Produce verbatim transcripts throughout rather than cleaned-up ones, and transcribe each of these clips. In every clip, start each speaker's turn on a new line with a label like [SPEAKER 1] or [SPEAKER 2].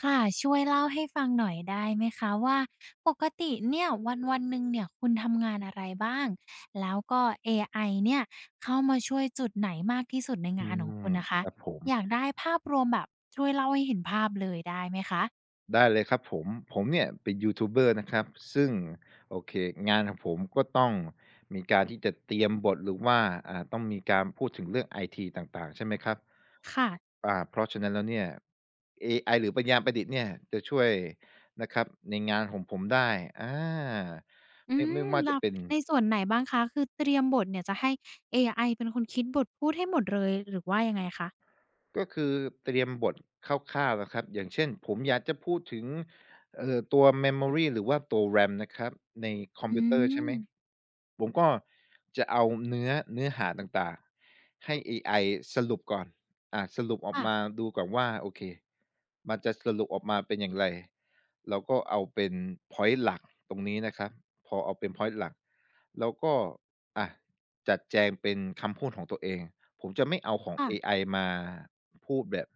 [SPEAKER 1] ค่ะช่วยเล่าให้ฟังหน่อยได้ไหมคะว่าปกติเนี่ยวันๆหนึ่งเนี่ยคุณทำงานอะไรบ้างแล้วก็เอไอเนี่ยเข้ามาช่วยจุดไหนมากที่สุดใน
[SPEAKER 2] อื
[SPEAKER 1] งานของคุ
[SPEAKER 2] ม
[SPEAKER 1] ณนะคะ
[SPEAKER 2] ครับผม
[SPEAKER 1] อยากได้ภาพรวมแบบช่วยเล่าให้เห็นภาพเลยได้ไหมคะ
[SPEAKER 2] ได้เลยครับผมผมเนี่ยเป็นยูทูบเบอร์นะครับซึ่งโอเคงานของผมก็ต้องมีการที่จะเตรียมบทหรือว่าอ่าต้องมีการพูดถึงเรื่องไอทีต่างๆใช่ไหมครับ
[SPEAKER 1] ค่ะ
[SPEAKER 2] อ่าเพราะฉะนั้นแล้วเนี่ยเอไอหรือปัญญาประดิษฐ์เนี่ยจะช่วยนะครับในงานของผมได้อา
[SPEAKER 1] อื
[SPEAKER 2] ไม่ไม่
[SPEAKER 1] ม
[SPEAKER 2] ว่า
[SPEAKER 1] แล้
[SPEAKER 2] จะ
[SPEAKER 1] ว
[SPEAKER 2] เป็น
[SPEAKER 1] ในส่วนไหนบ้างคะคือเตรียมบทเนี่ยจะให้เอไอเป็นคนคิดบทพูดให้หมดเลยหรือว่ายังไงคะ
[SPEAKER 2] ก็คือเตรียมบทคร่าวๆนะครับอย่างเช่นผมอยากจะพูดถึงเอ่อตัว memory หรือว่าตัว RAM นะครับในคอม
[SPEAKER 1] อื
[SPEAKER 2] พิวเตอร์ใช่ไหม
[SPEAKER 1] ม
[SPEAKER 2] ผมก็จะเอาเนื้อเนื้อหาต่างๆให้เอไอสรุปก่อนอ่าสรุปออกมา
[SPEAKER 1] ค
[SPEAKER 2] ดูก่อนว่าโอเคมันจะสรุปออกมาเป็นอย่างไรเราก็เอาเป็นพอย n ต์หลักตรงนี้นะครับพอเอาเป็นพอยต์หลักแล้วก็อะจัดแจงเป็นคำพูดของตัวเองผมจะไม่เอาของ
[SPEAKER 1] ่ะ
[SPEAKER 2] เอ
[SPEAKER 1] ๆ
[SPEAKER 2] ไอมา พูดแบบ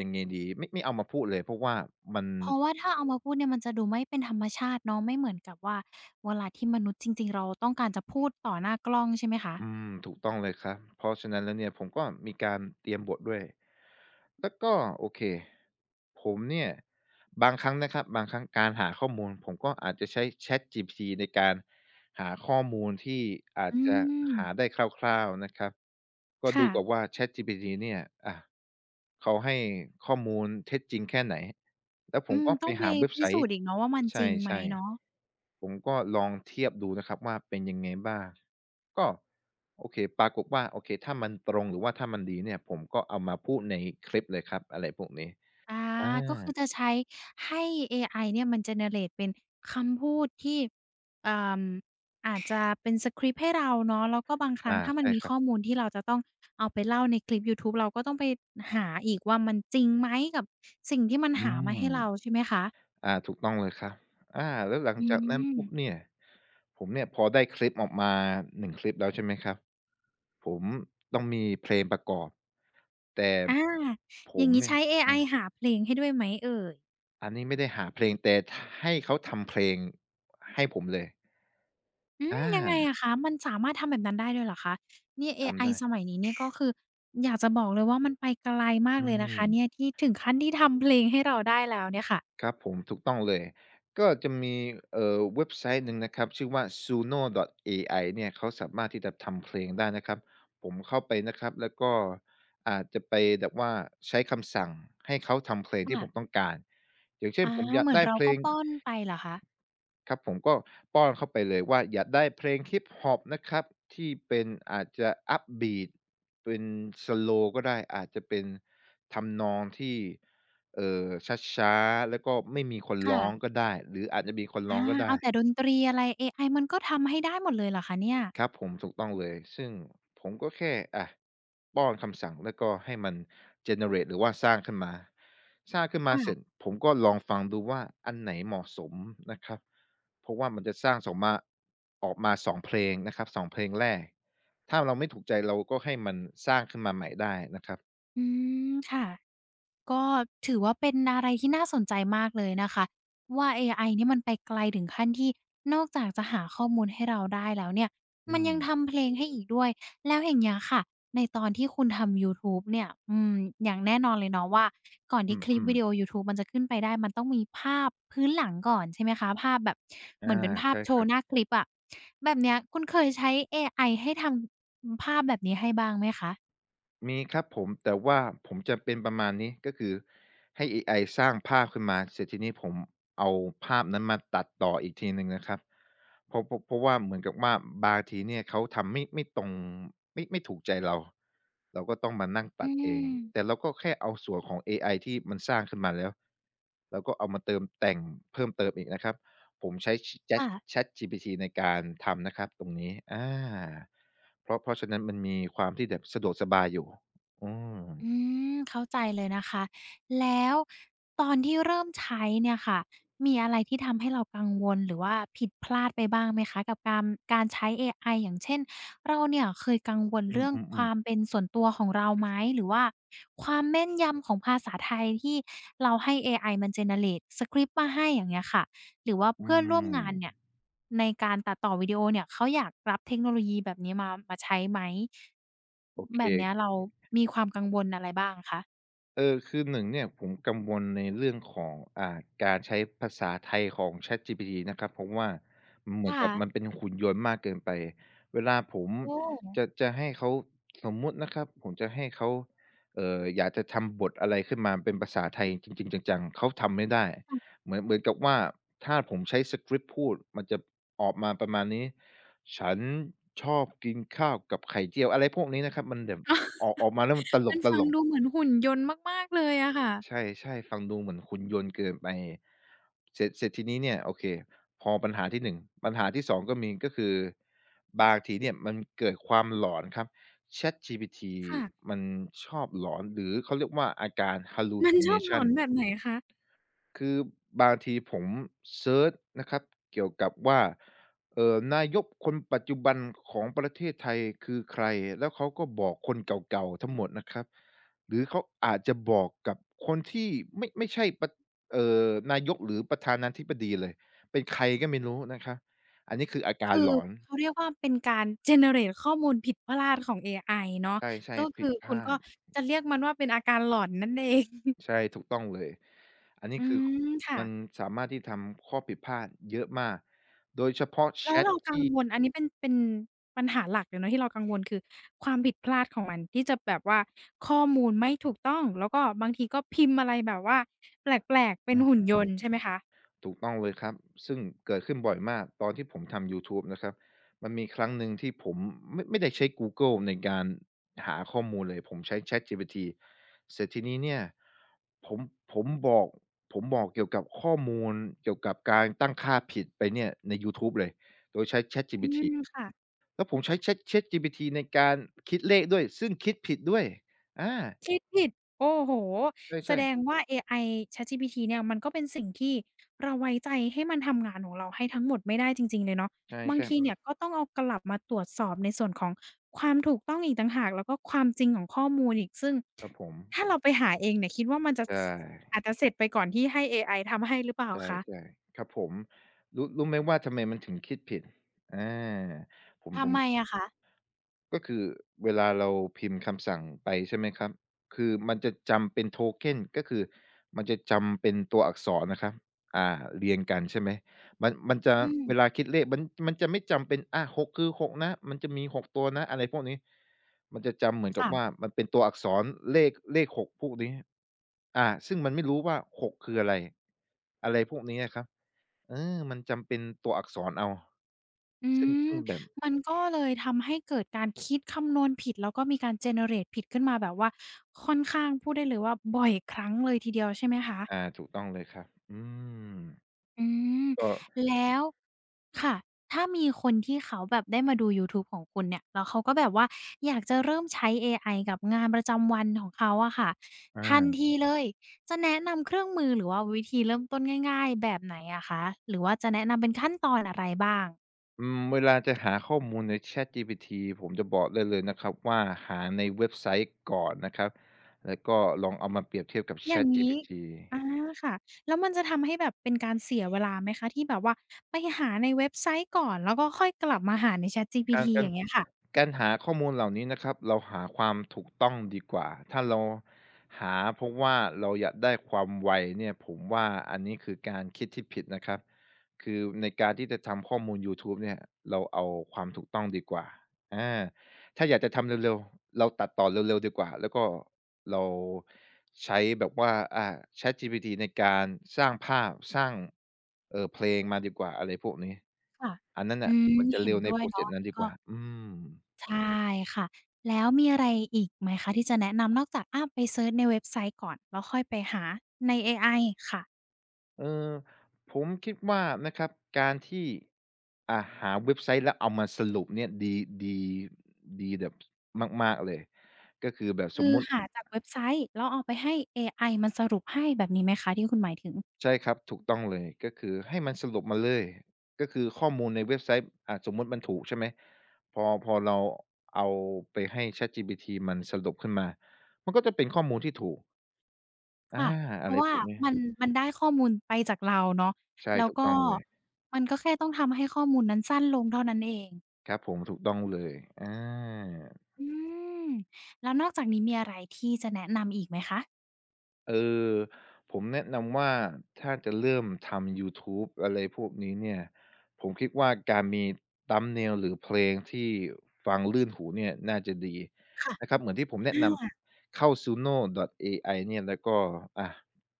[SPEAKER 2] ยังไงดีไม่ไม่เอามาพูดเลยเพราะว่ามัน
[SPEAKER 1] เพราะว่าถ้าเอามาพูดเนี่ยมันจะดูไม่เป็นธรรมชาติเนาะไม่เหมือนกับว่าเวลาที่มนุษย์จริงๆเราต้องการจะพูดต่อหน้ากล้องใช่ไหมคะ
[SPEAKER 2] อืมถูกต้องเลยครับเพราะฉะนั้นแล้วเนี่ยผมก็มีการเตรียมบทด้วยแล้วก็โอเคผมเนี่ยบางครั้งนะครับบางครั้งการหาข้อมูลผมก็อาจจะใช้ ChatGPT ในการ หาข้อมูลที่อาจ
[SPEAKER 1] อื
[SPEAKER 2] จะ
[SPEAKER 1] ม
[SPEAKER 2] หาได้คร่าวๆนะครับก็ดู
[SPEAKER 1] ค่ะ
[SPEAKER 2] ก่อนว่า ChatGPT เนี่ยอะเขาให้ข้อมูลเท็จจริงแค่ไหนแล้วผ
[SPEAKER 1] อื
[SPEAKER 2] ม
[SPEAKER 1] ม
[SPEAKER 2] ก็ไป
[SPEAKER 1] ต้องไป
[SPEAKER 2] หาเว็บไซ
[SPEAKER 1] พิสูจ
[SPEAKER 2] ต์
[SPEAKER 1] น์อีกเนาะว่ามัน
[SPEAKER 2] ใช
[SPEAKER 1] จริงไหม
[SPEAKER 2] ่
[SPEAKER 1] เนาะ
[SPEAKER 2] ๆผมก็ลองเทียบดูนะครับว่าเป็นยังไงบ้างก็โอเคปรากฏว่าโอเคถ้ามันตรงหรือว่าถ้ามันดีเนี่ยผมก็เอามาพูดในคลิปเลยครับอะไรพวกนี้
[SPEAKER 1] อา
[SPEAKER 2] อา
[SPEAKER 1] ก็คือจะใช้ให้เอไอเนี่ยมัน generate เป็นคำพูดที่เอ่ออาจจะเป็นสกริปต์ให้เราเนาะแล้วก็บางครั้ง
[SPEAKER 2] อา
[SPEAKER 1] ถ้ามัน
[SPEAKER 2] ใช่
[SPEAKER 1] มี
[SPEAKER 2] ครับ
[SPEAKER 1] ข้อมูลที่เราจะต้องเอาไปเล่าในคลิปยูทูบเราก็ต้องไปหาอีกว่ามันจริงไหมกับสิ่งที่มัน
[SPEAKER 2] อื
[SPEAKER 1] หามาให้
[SPEAKER 2] ม
[SPEAKER 1] เราใช่ไหมคะ
[SPEAKER 2] อาถูกต้องเลยครับอาแล้วหลัง
[SPEAKER 1] อื
[SPEAKER 2] จากนั้น
[SPEAKER 1] ม
[SPEAKER 2] ปุ๊บเนี่ยผมเนี่ยพอได้คลิปออกมาหนึ่งคลิปแล้วใช่ไหมครับผมต้องมีเพลงประกอบแต่
[SPEAKER 1] อา
[SPEAKER 2] ผ
[SPEAKER 1] อย่า
[SPEAKER 2] ม
[SPEAKER 1] งงี้
[SPEAKER 2] เนี่ย
[SPEAKER 1] ใช้เอไอ
[SPEAKER 2] อา
[SPEAKER 1] หาเพลงให้ด้วยไหมเอ่ย
[SPEAKER 2] อันนี้ไม่ได้หาเพลงแต่ทให้เขาทำเพลงให้ผมเลย
[SPEAKER 1] อื
[SPEAKER 2] อ
[SPEAKER 1] มยังไง
[SPEAKER 2] า
[SPEAKER 1] อะคะมันสามารถทำแบบนั้นได้ด้วยเหรอคะเนี่ยเอไอ
[SPEAKER 2] ทำได้
[SPEAKER 1] สมัยนี้เนี่ยก็คืออยากจะบอกเลยว่ามันไปไกลมาก
[SPEAKER 2] อื
[SPEAKER 1] เลยนะคะเนี่ย
[SPEAKER 2] ม
[SPEAKER 1] ที่ถึงขั้นที่ทำเพลงให้เราได้แล้วเนี่ยค่ะ
[SPEAKER 2] ครับผมถูกต้องเลยก็จะมีเอ่อเว็บไซต์หนึ่งนะครับชื่อว่า ซูโน่ดอทเอไอ เนี่ยเขาสามารถที่จะทำเพลงได้นะครับผมเข้าไปนะครับแล้วก็อาจจะไปแบบว่าใช้คำสั่งให้เขาทำเพลงที่ผ
[SPEAKER 1] ค่ะ
[SPEAKER 2] มต้องการอย่างเช่น
[SPEAKER 1] อา
[SPEAKER 2] ผมอยา
[SPEAKER 1] เห
[SPEAKER 2] ก
[SPEAKER 1] มือน
[SPEAKER 2] ได้
[SPEAKER 1] เรา
[SPEAKER 2] เพล
[SPEAKER 1] ก็
[SPEAKER 2] ง
[SPEAKER 1] ป้อนไปเหรอคะ
[SPEAKER 2] ครับผมก็ป้อนเข้าไปเลยว่าอยากได้เพลงฮิปฮอปนะครับที่เป็นอาจจะอัพบีทเป็นสโลก็ได้อาจจะเป็นทำนองที่เอ่อช้าๆแล้วก็ไม่มีคน
[SPEAKER 1] ค่ะ
[SPEAKER 2] ร้องก็ได้หรืออาจจะมีคนร้
[SPEAKER 1] อา
[SPEAKER 2] องก็
[SPEAKER 1] เอา
[SPEAKER 2] ได้
[SPEAKER 1] แต่ดนตรีอะไรเอไอมันก็ทำให้ได้หมดเลยเหรอคะเนี่ย
[SPEAKER 2] ครับผมถูกต้องเลยซึ่งผมก็แค่อะป้อนคำสั่งแล้วก็ให้มันเจเนเร e หรือว่าสร้างขึ้นมาสร้างขึ้นมาเสร็จ
[SPEAKER 1] ค่ะ
[SPEAKER 2] ผมก็ลองฟังดูว่าอันไหนเหมาะสมนะครับเพราะว่ามันจะสร้างสองมาออกมาสองเพลงนะครับสองเพลงแรกถ้าเราไม่ถูกใจเราก็ให้มันสร้างขึ้นมาใหม่ได้นะครับ
[SPEAKER 1] อืมค่ะ ก็ถือว่าเป็นอะไรที่น่าสนใจมากเลยนะคะว่า เอ ไอ เนี่ยมันไปไกลถึงขั้นที่นอกจากจะหาข้อมูลให้เราได้แล้วเนี่ย
[SPEAKER 2] อื
[SPEAKER 1] มัน
[SPEAKER 2] ม
[SPEAKER 1] ยังทำเพลงให้อีกด้วยแล้วอย่างเงี้ยค่ะในตอนที่คุณทำยูทูบเนี่ยอืมอย่างแน่นอนเลยเนาะว่าก่อนที่คลิ
[SPEAKER 2] อื
[SPEAKER 1] ป
[SPEAKER 2] ม
[SPEAKER 1] วิดีโอ
[SPEAKER 2] ๆ
[SPEAKER 1] ยูทูบมันจะขึ้นไปได้มันต้องมีภาพพื้นหลังก่อนใช่ไหมคะภาพแบบเห
[SPEAKER 2] อา
[SPEAKER 1] มือนเป็นภาพ
[SPEAKER 2] ใช่
[SPEAKER 1] โช
[SPEAKER 2] ครั
[SPEAKER 1] ว์
[SPEAKER 2] บ
[SPEAKER 1] หน้าคลิปอะแบบเนี้ยคุณเคยใช้ เอ ไอ ให้ทำภาพแบบนี้ให้บ้างไหมคะ
[SPEAKER 2] มีครับผมแต่ว่าผมจะเป็นประมาณนี้ก็คือให้เอไอสร้างภาพขึ้นมาเสร็จทีนี้ผมเอาภาพนั้นมาตัดต่ออีกทีหนึ่งนะครับเพราะเพราะเพราะว่าเหมือนกับว่าบางทีเนี่ยเขาทำไม่ไม่ตรงไม่ไม่ถูกใจเราเราก็ต้องมานั่งตั
[SPEAKER 1] อื
[SPEAKER 2] ดเองแต่
[SPEAKER 1] ม
[SPEAKER 2] เราก็แค่เอาส่วนของเอไอที่มันสร้างขึ้นมาแล้วเราก็เอามาเติมแต่งเพิ่มเติมอีกนะครับผมใช้ช Chat
[SPEAKER 1] ค่ะ
[SPEAKER 2] ChatGPT ในการทำนะครับตรงนี้อา เพราะเพราะฉะนั้นมันมีความที่แบบสะดวกสบายอยู่อืม
[SPEAKER 1] อืมเข้าใจเลยนะคะแล้วตอนที่เริ่มใช้เนี่ยค่ะมีอะไรที่ทำให้เรากังวลหรือว่าผิดพลาดไปบ้างไหมคะกับการการใช้เอไออย่างเช่นเราเนี่ยเคยกังวล
[SPEAKER 2] อื
[SPEAKER 1] เรื่อง
[SPEAKER 2] ม
[SPEAKER 1] ความ
[SPEAKER 2] ๆๆ
[SPEAKER 1] เป็นส่วนตัวของเราไหมหรือว่าความแม่นยำของภาษาไทยที่เราให้เอไอมัน generate สกริปต์มาให้อย่างเงี้ยค่ะ หรือว่า
[SPEAKER 2] อื
[SPEAKER 1] เพื่อนร่วมงานเนี่ย
[SPEAKER 2] ม
[SPEAKER 1] ในการตัดต่อวิดีโอเนี่ยเขาอยากรับเทคโนโลยีแบบนี้มามาใช้ไหม
[SPEAKER 2] โอเค
[SPEAKER 1] แบบเนี้ยเรามีความกังวลอะไรบ้างคะ
[SPEAKER 2] เออคือหนึ่งเนี่ยผมกังวลในเรื่องของอ่าการใช้ภาษาไทยของ ChatGPT นะครับเพราะว่ามันเหมือนกับมัน
[SPEAKER 1] ค่ะ
[SPEAKER 2] เป็นหุ่นยนต์มากเกินไปเวลาผม
[SPEAKER 1] โอ้
[SPEAKER 2] จะจะให้เขาสมมุตินะครับผมจะให้เขาเอ่ออยากจะทำบทอะไรขึ้นมาเป็นภาษาไทยจริงๆจังๆเขาทำไม่ได้เหมือนเหมือนกับว่าถ้าผมใช้สกริปต์พูดมันจะออกมาประมาณนี้ฉันชอบกินข้าวกับไข่เจียวอะไรพวกนี้นะครับมันแบบออกออกมาแล้วมันต
[SPEAKER 1] มันฟั
[SPEAKER 2] ล
[SPEAKER 1] ง
[SPEAKER 2] ก
[SPEAKER 1] ดูเห
[SPEAKER 2] ๆ
[SPEAKER 1] มือนหุ่นยนต์มากๆเลยอะค่ะ
[SPEAKER 2] ใช่ๆฟังดูเหมือนหุ่นยนต์เกินไปเสร็จเสร็จทีนี้เนี่ยโอเคพอปัญหาที่หนึ่งปัญหาที่สองก็มีก็คือบางทีเนี่ยมันเกิดความหลอนครับ ChatGPT
[SPEAKER 1] ค่ะ
[SPEAKER 2] มันชอบหลอนหรือเขาเรียกว่าอาการ
[SPEAKER 1] มันชอบหลอ
[SPEAKER 2] hallucination
[SPEAKER 1] นแบบไหนคะ
[SPEAKER 2] คือบางทีผมเซิร์ชนะครับเกี่ยวกับว่าเอ่อนายกคนปัจจุบันของประเทศไทยคือใครแล้วเขาก็บอกคนเก่าๆทั้งหมดนะครับหรือเขาอาจจะบอกกับคนที่ไม่ไม่ใช่ปะเอ่อนายกหรือประธานาธิบดีเลยเป็นใครก็ไม่รู้นะครับอันนี้คืออาการ
[SPEAKER 1] คือ
[SPEAKER 2] หลอน
[SPEAKER 1] เขาเรียกว่าเป็นการ generate ข้อมูลผิดพลาดของเอไอเนาะ
[SPEAKER 2] ใช่
[SPEAKER 1] ก็
[SPEAKER 2] ๆผิ
[SPEAKER 1] คื
[SPEAKER 2] ด
[SPEAKER 1] อ
[SPEAKER 2] พ
[SPEAKER 1] คุณ
[SPEAKER 2] ลา
[SPEAKER 1] ก็
[SPEAKER 2] ด
[SPEAKER 1] จะเรียกมันว่าเป็นอาการหลอนนั่นเอง
[SPEAKER 2] ใช่ถูกต้องเลยอันนี้
[SPEAKER 1] อื
[SPEAKER 2] คือ
[SPEAKER 1] ม
[SPEAKER 2] มัน
[SPEAKER 1] ค่ะ
[SPEAKER 2] สามารถที่ทำข้อผิดพลาดเยอะมาก
[SPEAKER 1] แล้วเรากังวลอันนี้เป็นเป็นปัญหาหลักเลยเนาะที่เรากังวลคือความผิดพลาดของมันที่จะแบบว่าข้อมูลไม่ถูกต้องแล้วก็บางทีก็พิมพ์อะไรแบบว่าแปลกๆเป็
[SPEAKER 2] อื
[SPEAKER 1] นหุ่น
[SPEAKER 2] ม
[SPEAKER 1] ยนต์ใช่ไหมคะ
[SPEAKER 2] ถูกต้องเลยครับ ซึ่งเกิดขึ้นบ่อยมาก ตอนที่ผมทำยูทูบนะครับ มันมีครั้งหนึ่งที่ผมไม่ไม่ได้ใช้ Google ในการหาข้อมูลเลย ผมใช้ ChatGPT เสร็จทีนี้เนี่ย ผมผมบอกผมบอกเกี่ยวกับข้อมูลเกี่ยวกับการตั้งค่าผิดไปเนี่ยในยูทูบเลย
[SPEAKER 1] อืมค่ะ
[SPEAKER 2] แล้วผมใช้ Chat ChatGPT ในการคิดเลขด้วย ซึ่งคิดผิดด้วยอา
[SPEAKER 1] คิดผิดโอ้โฮแส
[SPEAKER 2] ใช่
[SPEAKER 1] ดงว่าเอไอ ChatGPT เนี่ยมันก็เป็นสิ่งที่เราไว้ใจให้มันทำงานของเราให้ทั้งหมดไม่ได้จริงๆเลยเนาะ
[SPEAKER 2] ๆ
[SPEAKER 1] บาง
[SPEAKER 2] ใช่
[SPEAKER 1] ทีเนี่ย
[SPEAKER 2] ๆ
[SPEAKER 1] ก็ต้องเอากลับมาตรวจสอบในส่วนของความถูกต้องอีกต่างหากแล้วก็ความจริงของข้อมูลอีกซึ่ง
[SPEAKER 2] ครับผม
[SPEAKER 1] ถ้าเราไปหาเองเนี่ยคิดว่ามันจะ
[SPEAKER 2] ใช่
[SPEAKER 1] สอาจจะเสร็จไปก่อนที่ให้เอไอทำให้หรือเปล่า
[SPEAKER 2] ใช
[SPEAKER 1] คะ
[SPEAKER 2] ่ๆครับผมรู้รู้ไหมว่าทำไมมันถึงคิดผิดอาผมผ
[SPEAKER 1] ทำ
[SPEAKER 2] ม
[SPEAKER 1] ไมอะคะ
[SPEAKER 2] ก็คือเวลาเราพิมพ์คำสั่งไปใช่ไหมครับคือมันจะจำเป็น token ก็คือมันจะจำเป็นตัวอักษรนะครับอ่าเรียงกันใช่ไหมมันมันจะ
[SPEAKER 1] อืม
[SPEAKER 2] เวลาคิดเลขมันมันจะไม่จำเป็นอาหกคือหกนะมันจะมีหกตัวนะอะไรพวกนี้มันจะจำเหมือนกับว่า
[SPEAKER 1] ค่ะ
[SPEAKER 2] มันเป็นตัวอักษรเลขเลขหกพวกนี้อาซึ่งมันไม่รู้ว่าหกคืออะไรอะไรพวกนี้อะครับ เออมันจำเป็นตัวอักษรเอา
[SPEAKER 1] อื
[SPEAKER 2] ซึ่ง
[SPEAKER 1] ม
[SPEAKER 2] ซึ่งแบบ
[SPEAKER 1] มันก็เลยทำให้เกิดการคิดคำนวณผิดแล้วก็มีการ generate ผิดขึ้นมาแบบว่าค่อนข้างพูดได้เลยว่าบ่อยครั้งเลยทีเดียวใช่ไหมคะ
[SPEAKER 2] อ่าถูกต้องเลยครับอืม
[SPEAKER 1] อืม
[SPEAKER 2] ก็
[SPEAKER 1] แล้วค่ะถ้ามีคนที่เขาแบบได้มาดูยูทูบของคุณเนี่ยแล้วเขาก็แบบว่าอยากจะเริ่มใช้เอไอกับงานประจำวันของเขาอะค่ะทัน
[SPEAKER 2] อา
[SPEAKER 1] ทีเลยจะแนะนำเครื่องมือหรือว่าวิธีเริ่มต้นง่ายๆแบบไหนอะคะหรือว่าจะแนะนำเป็นขั้นตอนอะไรบ้าง
[SPEAKER 2] อืมเวลาจะหาข้อมูลใน ChatGPT ผมจะบอกได้เลยนะครับว่าหาในเว็บไซต์ก่อนนะครับ แล้วก็ลองเอามาเปรียบเทียบกับ
[SPEAKER 1] อย่างงี้
[SPEAKER 2] ChatGPT
[SPEAKER 1] อาค่ะแล้วมันจะทำให้แบบเป็นการเสียเวลาไหมคะที่แบบว่าไปหาในเว็บไซต์ก่อนแล้วก็ค่อยกลับมาหาใน
[SPEAKER 2] กา
[SPEAKER 1] ChatGPT
[SPEAKER 2] รกา
[SPEAKER 1] อ
[SPEAKER 2] ร
[SPEAKER 1] ย่างเงี้ยค่ะ
[SPEAKER 2] การหาข้อมูลเหล่านี้นะครับเราหาความถูกต้องดีกว่าถ้าเราหาเพราะว่าเราอยากได้ความไวเนี่ยผมว่าอันนี้คือการคิดที่ผิดนะครับคือในการที่จะทำข้อมูลยูทูบเนี่ยเราเอาความถูกต้องดีกว่าอาถ้าอยากจะทำเร็วๆเราตัดต่อเร็วๆดีกว่าแล้วก็ เราใช้แบบว่าอ่า ChatGPT ในการสร้างภาพสร้างเอ่อเพลงมาดีกว่าอะไรพวกนี้
[SPEAKER 1] ค่ะ
[SPEAKER 2] อันนั้น
[SPEAKER 1] อื
[SPEAKER 2] น่ะ
[SPEAKER 1] ม
[SPEAKER 2] มันจะ
[SPEAKER 1] เห็น
[SPEAKER 2] เร็วใน
[SPEAKER 1] ด้วยเนาะ
[SPEAKER 2] process
[SPEAKER 1] อัน
[SPEAKER 2] นั้น
[SPEAKER 1] นี้
[SPEAKER 2] ดี
[SPEAKER 1] ก็
[SPEAKER 2] กว่าอืม
[SPEAKER 1] ใช่ค่ะแล้วมีอะไรอีกไหมคะที่จะแนะนำนอกจากอาไปเซิร์ชในเว็บไซต์ก่อนแล้วค่อยไปหาในเอไอค่ะ
[SPEAKER 2] เอ่อผมคิดว่านะครับการที่อ่าหาเว็บไซต์แล้วเอามาสรุปเนี่ยดีดีดีแบบมากๆเลยก็คือแบบส
[SPEAKER 1] คื
[SPEAKER 2] ม
[SPEAKER 1] อ
[SPEAKER 2] มุติ
[SPEAKER 1] หาจากเว็บไซต์แล้วเอาไปให้เอไอมันสรุปให้แบบนี้ไหมคะที่คุณหมายถึง
[SPEAKER 2] ใช่ครับถูกต้องเลยก็คือให้มันสรุปมาเลยก็คือข้อมูลในเว็บไซต์อ่าสมมุติมันถูกใช่ไหมพอพอเราเอาไปให้ ChatGPT มันสรุปขึ้นมามันก็จะเป็นข้อมูลที่ถูกอา
[SPEAKER 1] ค่ะเพ
[SPEAKER 2] อะไร
[SPEAKER 1] ราะ
[SPEAKER 2] พ
[SPEAKER 1] ว่า
[SPEAKER 2] วกเนี้ย
[SPEAKER 1] มันมันได้ข้อมูลไปจากเราเนาะ
[SPEAKER 2] ใช่
[SPEAKER 1] แล้ว
[SPEAKER 2] ถูก
[SPEAKER 1] ก็
[SPEAKER 2] ต้องเลย
[SPEAKER 1] มันก็แค่ต้องทำให้ข้อมูลนั้นสั้นลงเท่านั้นเอง
[SPEAKER 2] ครับผมถูกต้องเลยอา
[SPEAKER 1] อืมแล้วนอกจากนี้มีอะไรที่จะแนะนำอีกไหมคะ
[SPEAKER 2] เออผมแนะนำว่าถ้าจะเริ่มทำยูทูบอะไรพวกนี้เนี่ยผมคิดว่าการมี thumbnail หรือเพลงที่ฟังลื่นหูเนี่ยน่าจะดี
[SPEAKER 1] ค่ะ
[SPEAKER 2] นะครับเหมือนที่ผม
[SPEAKER 1] อ
[SPEAKER 2] แนะน
[SPEAKER 1] า
[SPEAKER 2] ำเข้า ซูโน ดอท เอไอ เอไอเนี่ยแล้วก็อ่า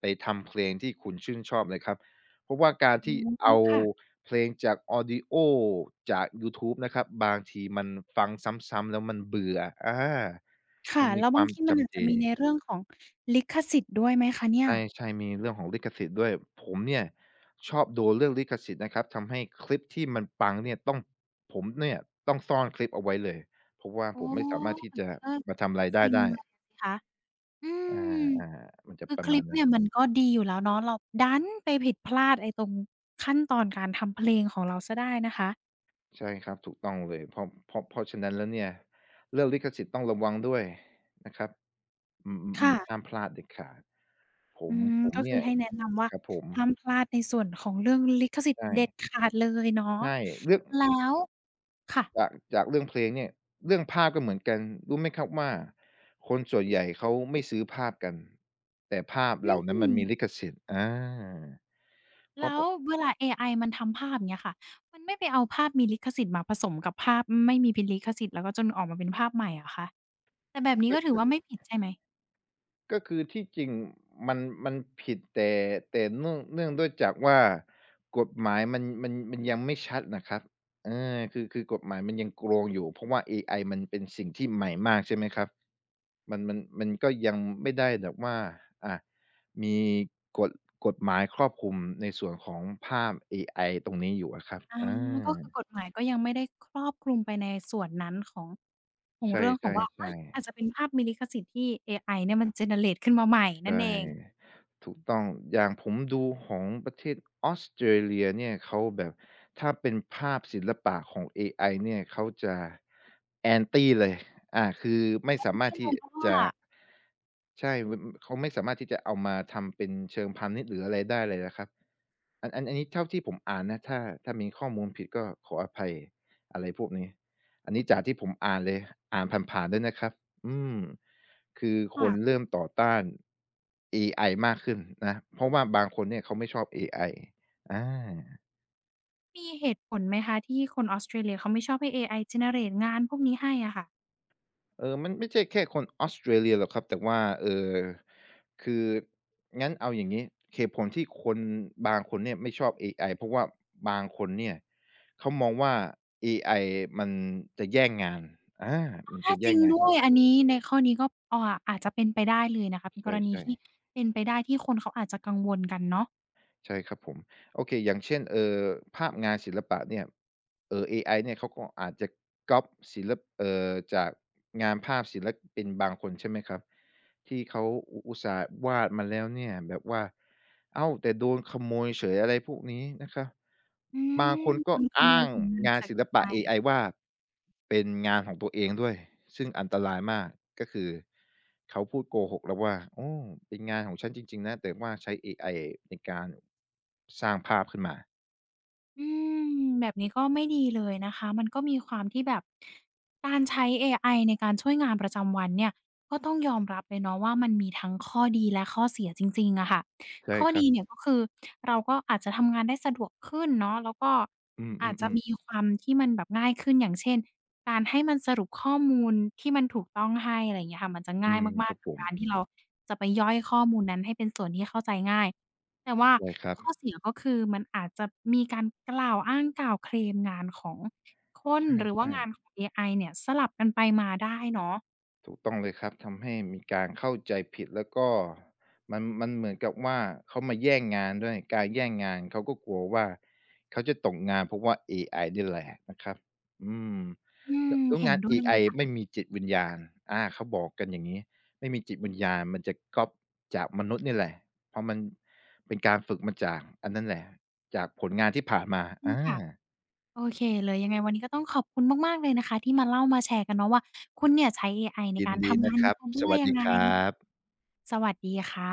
[SPEAKER 2] ไปทำเพลงที่คุณชื่นชอบเลยครับเพราะว่าการ
[SPEAKER 1] อื
[SPEAKER 2] ที่
[SPEAKER 1] อ
[SPEAKER 2] เอา
[SPEAKER 1] ค่ะ
[SPEAKER 2] เพลงจากออดิโอจากยูทูบนะครับบางทีมันฟังซ้ำๆแล้วมันเบื่ออามั
[SPEAKER 1] ค่ะ
[SPEAKER 2] นมี
[SPEAKER 1] แล้ว
[SPEAKER 2] ค
[SPEAKER 1] บา
[SPEAKER 2] วา
[SPEAKER 1] ง
[SPEAKER 2] ม
[SPEAKER 1] ทีมันอาจ
[SPEAKER 2] จำเจ
[SPEAKER 1] จะมีในเรื่องของลิขสิทธิ์ด้วยไหมคะเนี่ย
[SPEAKER 2] ใช่ใช่มีเรื่องของลิขสิทธิ์ด้วยผมเนี่ยชอบโดนเรื่องลิขสิทธิ์นะครับทำให้คลิปที่มันปังเนี่ยต้องผมเนี่ยต้องซ่อนคลิปเอาไว้เลยเพราะว่า
[SPEAKER 1] ออ
[SPEAKER 2] ผมไม่สามารถที่
[SPEAKER 1] แบบ
[SPEAKER 2] จะ
[SPEAKER 1] นี้ก็
[SPEAKER 2] มาทำรายได้
[SPEAKER 1] เซ็ง
[SPEAKER 2] ได้
[SPEAKER 1] เลยอะสิคะอื
[SPEAKER 2] อา
[SPEAKER 1] ม
[SPEAKER 2] ๆมันจะ
[SPEAKER 1] คือ
[SPEAKER 2] ประ
[SPEAKER 1] ค
[SPEAKER 2] มา
[SPEAKER 1] ลิ
[SPEAKER 2] ณ
[SPEAKER 1] ป
[SPEAKER 2] นั้น
[SPEAKER 1] เนี่ยมันก็ดีอยู่แล้วเนาะเราดันไปผิดพลาดไอ้ตรงขั้นตอนการทำเพลงของเราเสียได้นะคะ
[SPEAKER 2] ใช่ครับถูกต้องเลยเพราะเพราะเพราะฉะนั้นแล้วเนี่ยเรื่องลิขสิทธิ์ต้องระวังด้วยนะครับอื
[SPEAKER 1] ค่ะ
[SPEAKER 2] มๆๆห้ามพลาดเด็ดขาดผ
[SPEAKER 1] อื
[SPEAKER 2] ม
[SPEAKER 1] ม
[SPEAKER 2] ผม
[SPEAKER 1] ก็คื
[SPEAKER 2] เนี่
[SPEAKER 1] อ
[SPEAKER 2] ย
[SPEAKER 1] ให้แนะนำว่า
[SPEAKER 2] ครับผม
[SPEAKER 1] ห้ามพลาดในส่วนของเรื่องลิขสิทธิ์
[SPEAKER 2] ใช่
[SPEAKER 1] เด็ดขาดเลยเนาะ
[SPEAKER 2] ใช่เรื่อง
[SPEAKER 1] แล้วค่ะ
[SPEAKER 2] จากจากเรื่องเพลงเนี่ยเรื่องภาพก็เหมือนกันรู้ไหมครับว่าคนส่วนใหญ่เขาไม่ซื้อภาพกันแต่ภาพเหล่านั้น
[SPEAKER 1] อื
[SPEAKER 2] มัน
[SPEAKER 1] ม
[SPEAKER 2] มีลิขสิทธิ์อาเพราะ
[SPEAKER 1] แล้
[SPEAKER 2] ผ
[SPEAKER 1] ว
[SPEAKER 2] ม
[SPEAKER 1] เวลาเอไอมันทำภาพอย่างเงี้ยค่ะมันไม่ไปเอาภาพมีลิขสิทธิ์มาผสมกับภาพไม่มีพิลิขสิทธิ์แล้วก็จนออกมาเป็นภาพใหม่เหรอคะแต่แบบนี้ก็ถือว่าไม่ผิดใช่ไหม
[SPEAKER 2] ก็คือที่จริงมันมันผิดแต่แต่เนื่องเนื่องด้วยจากว่ากฎหมายมันมันมันยังไม่ชัดน่ะครับเออคือคือกฎหมายมันยังโกลงอยู่เพราะว่าเอไอมันเป็นสิ่งที่ใหม่มากใช่ไหมครับ มันมันมันก็ยังไม่ได้แบบว่าอะมีกฎกฎหมายครอบคลุมในส่วนของภาพเอไอตรงนี้อยู่อะครับ
[SPEAKER 1] อา
[SPEAKER 2] อา
[SPEAKER 1] ก็คือกฎหมายก็ยังไม่ได้ครอบคลุมไปในส่วนนั้นของของ
[SPEAKER 2] ใช่
[SPEAKER 1] เรื่องขอ
[SPEAKER 2] ใช่
[SPEAKER 1] งว่าอา
[SPEAKER 2] ใช่
[SPEAKER 1] อาจจะเป็นภาพมีลิขสิทธิ์ที่เอไอเนี่ยมัน generate ขึ้นมาใหม่นั่
[SPEAKER 2] ใช่
[SPEAKER 1] นเอง
[SPEAKER 2] ถูกต้องอย่างผมดูของประเทศออสเตรเลียเนี่ยเขาแบบถ้าเป็นภาพศิลปะของเอไอเนี่ยเขาจะ Anti เลยอาคือไม่
[SPEAKER 1] แอน
[SPEAKER 2] สามารถ
[SPEAKER 1] ตี้เล
[SPEAKER 2] ที่
[SPEAKER 1] ยเพราะว่า
[SPEAKER 2] จะใช่มเขาไม่สามารถที่จะเอามาทำเป็นเชิงพาณิชย์หรืออะไรได้เลยนะครับอันอันอันนี้เท่าที่ผมอ่านนะถ้าถ้ามีข้อมูลผิดก็ขออภัยอะไรพวกนี้อันนี้จากที่ผมอ่านเลยอ่านผ่านๆด้วยนะครับ อืมคือคน
[SPEAKER 1] ค่ะ
[SPEAKER 2] เริ่มต่อต้านเอไอมากขึ้นนะเพราะว่าบางคนเนี่ยเขาไม่ชอบเอไออา
[SPEAKER 1] มีเหตุผลไหมคะที่คนออสเตรเลียเขาไม่ชอบให้เอไอ generate งานพวกนี้ให้อะค่ะ
[SPEAKER 2] เออมันไม่ใช่แค่คนออสเตรเลียหรอกครับแต่ว่าเอ่อคืองั้นเอาอย่างงี้เหตุผลที่คนบางคนเนี่ยไม่ชอบเอไอเพราะว่าบางคนเนี่ยเขามองว่าเอไอมันจะแย่งงานอามัน
[SPEAKER 1] อา
[SPEAKER 2] จะ
[SPEAKER 1] จ
[SPEAKER 2] แย่
[SPEAKER 1] ริ
[SPEAKER 2] ง
[SPEAKER 1] ง
[SPEAKER 2] งา
[SPEAKER 1] ด้ว
[SPEAKER 2] น
[SPEAKER 1] ยอันนี้ในข้อนี้ก็อ่าอาจจะเป็นไปได้เลยนะคะเป็น
[SPEAKER 2] ใ
[SPEAKER 1] กรณี
[SPEAKER 2] ช่
[SPEAKER 1] ที่
[SPEAKER 2] ๆ
[SPEAKER 1] เป็นไปได้ที่คนเขาอาจจะกังวลกันเนาะ
[SPEAKER 2] ใช่ครับผมโอเคอย่างเช่นเอ่อภาพงานศิลปะเนี่ยเอ่อเอไอเนี่ยเขาก็อาจจะก๊อบศิลปเอ่อจากงานภาพศิลปินบางคนใช่ไหมครับที่เขาอุอุตส่าห์วาดมาแล้วเนี่ยแบบว่าอ้าวแต่โดนขโมยเฉยอะไรพวกนี้นะครับ
[SPEAKER 1] อื
[SPEAKER 2] บาง
[SPEAKER 1] ม
[SPEAKER 2] คน
[SPEAKER 1] โด
[SPEAKER 2] ก็
[SPEAKER 1] นขโม
[SPEAKER 2] อ้า
[SPEAKER 1] ย
[SPEAKER 2] ง
[SPEAKER 1] ผลงานไป
[SPEAKER 2] งาน
[SPEAKER 1] จาก
[SPEAKER 2] ศิล
[SPEAKER 1] เอ ไอ
[SPEAKER 2] ปะเอไอว่าเป็นงานของตัวเองด้วยซึ่งอันตรายมากก็คือเขาพูดโกหกเราว่าโอ้เป็นงานของฉันจริงๆนะแต่ว่าใช้เอไอในการสร้างภาพขึ้นมา
[SPEAKER 1] อืมแบบนี้ก็ไม่ดีเลยนะคะมันก็มีความที่แบบการใช้เอไอในการช่วยงานประจำวันเนี่ยก็ต้องยอมรับเลยเนาะว่ามันมีทั้งข้อดีและข้อเสียจริงๆอะค่ะ
[SPEAKER 2] ใช่
[SPEAKER 1] ข้อ
[SPEAKER 2] ครั
[SPEAKER 1] ดี
[SPEAKER 2] บ
[SPEAKER 1] เนี่ยก็คือเราก็อาจจะทำงานได้สะดวกขึ้นเนาะแล้วก็
[SPEAKER 2] อื
[SPEAKER 1] อาจจะ
[SPEAKER 2] มๆ
[SPEAKER 1] มี
[SPEAKER 2] ๆ
[SPEAKER 1] ความที่มันแบบง่ายขึ้นอย่างเช่นการให้มันสรุปข้อมูลที่มันถูกต้องให้อะไรอย่างเงี้ยค่ะมันจะ
[SPEAKER 2] อื
[SPEAKER 1] ง่าย
[SPEAKER 2] มค
[SPEAKER 1] มาก
[SPEAKER 2] รับ
[SPEAKER 1] ๆกั
[SPEAKER 2] ผ
[SPEAKER 1] บ
[SPEAKER 2] ม
[SPEAKER 1] การที่เราจะไปย่อยข้อมูลนั้นให้เป็นส่วนที่เข้าใจง่าย แต่ว่า
[SPEAKER 2] ใช่ครับ
[SPEAKER 1] ข้อเสียก็คือมันอาจจะมีการกล่าวอ้างกล่าวเคลมงานของคน
[SPEAKER 2] ใ
[SPEAKER 1] หรือว่า
[SPEAKER 2] ช่
[SPEAKER 1] งานข
[SPEAKER 2] ๆ
[SPEAKER 1] องเอไอเนี่ยสลับกันไปมาได้เนาะ
[SPEAKER 2] ถูกต้องเลยครับทำให้มีการเข้าใจผิดแล้วก็มันมันเหมือนกับว่าเขามาแย่งงานด้วยการแย่งงานเขาก็กลัวว่าเขาจะตกงานเพราะว่าเอไอนี่แหละนะครับอืม
[SPEAKER 1] อื
[SPEAKER 2] แล้
[SPEAKER 1] ม
[SPEAKER 2] วแล้ว
[SPEAKER 1] เห็น
[SPEAKER 2] งาน
[SPEAKER 1] ด้
[SPEAKER 2] เอ
[SPEAKER 1] วยเล
[SPEAKER 2] ไอ
[SPEAKER 1] ยค่ะ
[SPEAKER 2] ไม่มีจิตวิญญาณอาเขาบอกกันอย่างงี้ไม่มีจิตวิญญาณมันจะก๊อบจากมนุษย์นี่แหละเพราะมันเป็นการฝึกมาจากอันนั้นแหละจากผลงานที่ผ่านมา
[SPEAKER 1] อืม
[SPEAKER 2] อา
[SPEAKER 1] ค่ะโอเคเลยยังไงวันนี้ก็ต้องขอบคุณมากๆเลยนะคะที่มาเล่ามาแชร์กันเนาะว่าคุณเนี่ยใช้เอไอใน
[SPEAKER 2] ยิน
[SPEAKER 1] การ
[SPEAKER 2] ดี
[SPEAKER 1] ทำงา
[SPEAKER 2] นะ
[SPEAKER 1] น
[SPEAKER 2] ครั
[SPEAKER 1] ค
[SPEAKER 2] บ
[SPEAKER 1] ด้
[SPEAKER 2] ส
[SPEAKER 1] วย
[SPEAKER 2] วัส
[SPEAKER 1] ยัง
[SPEAKER 2] ดี
[SPEAKER 1] ไง
[SPEAKER 2] ครับ
[SPEAKER 1] สวัสดีค่ะ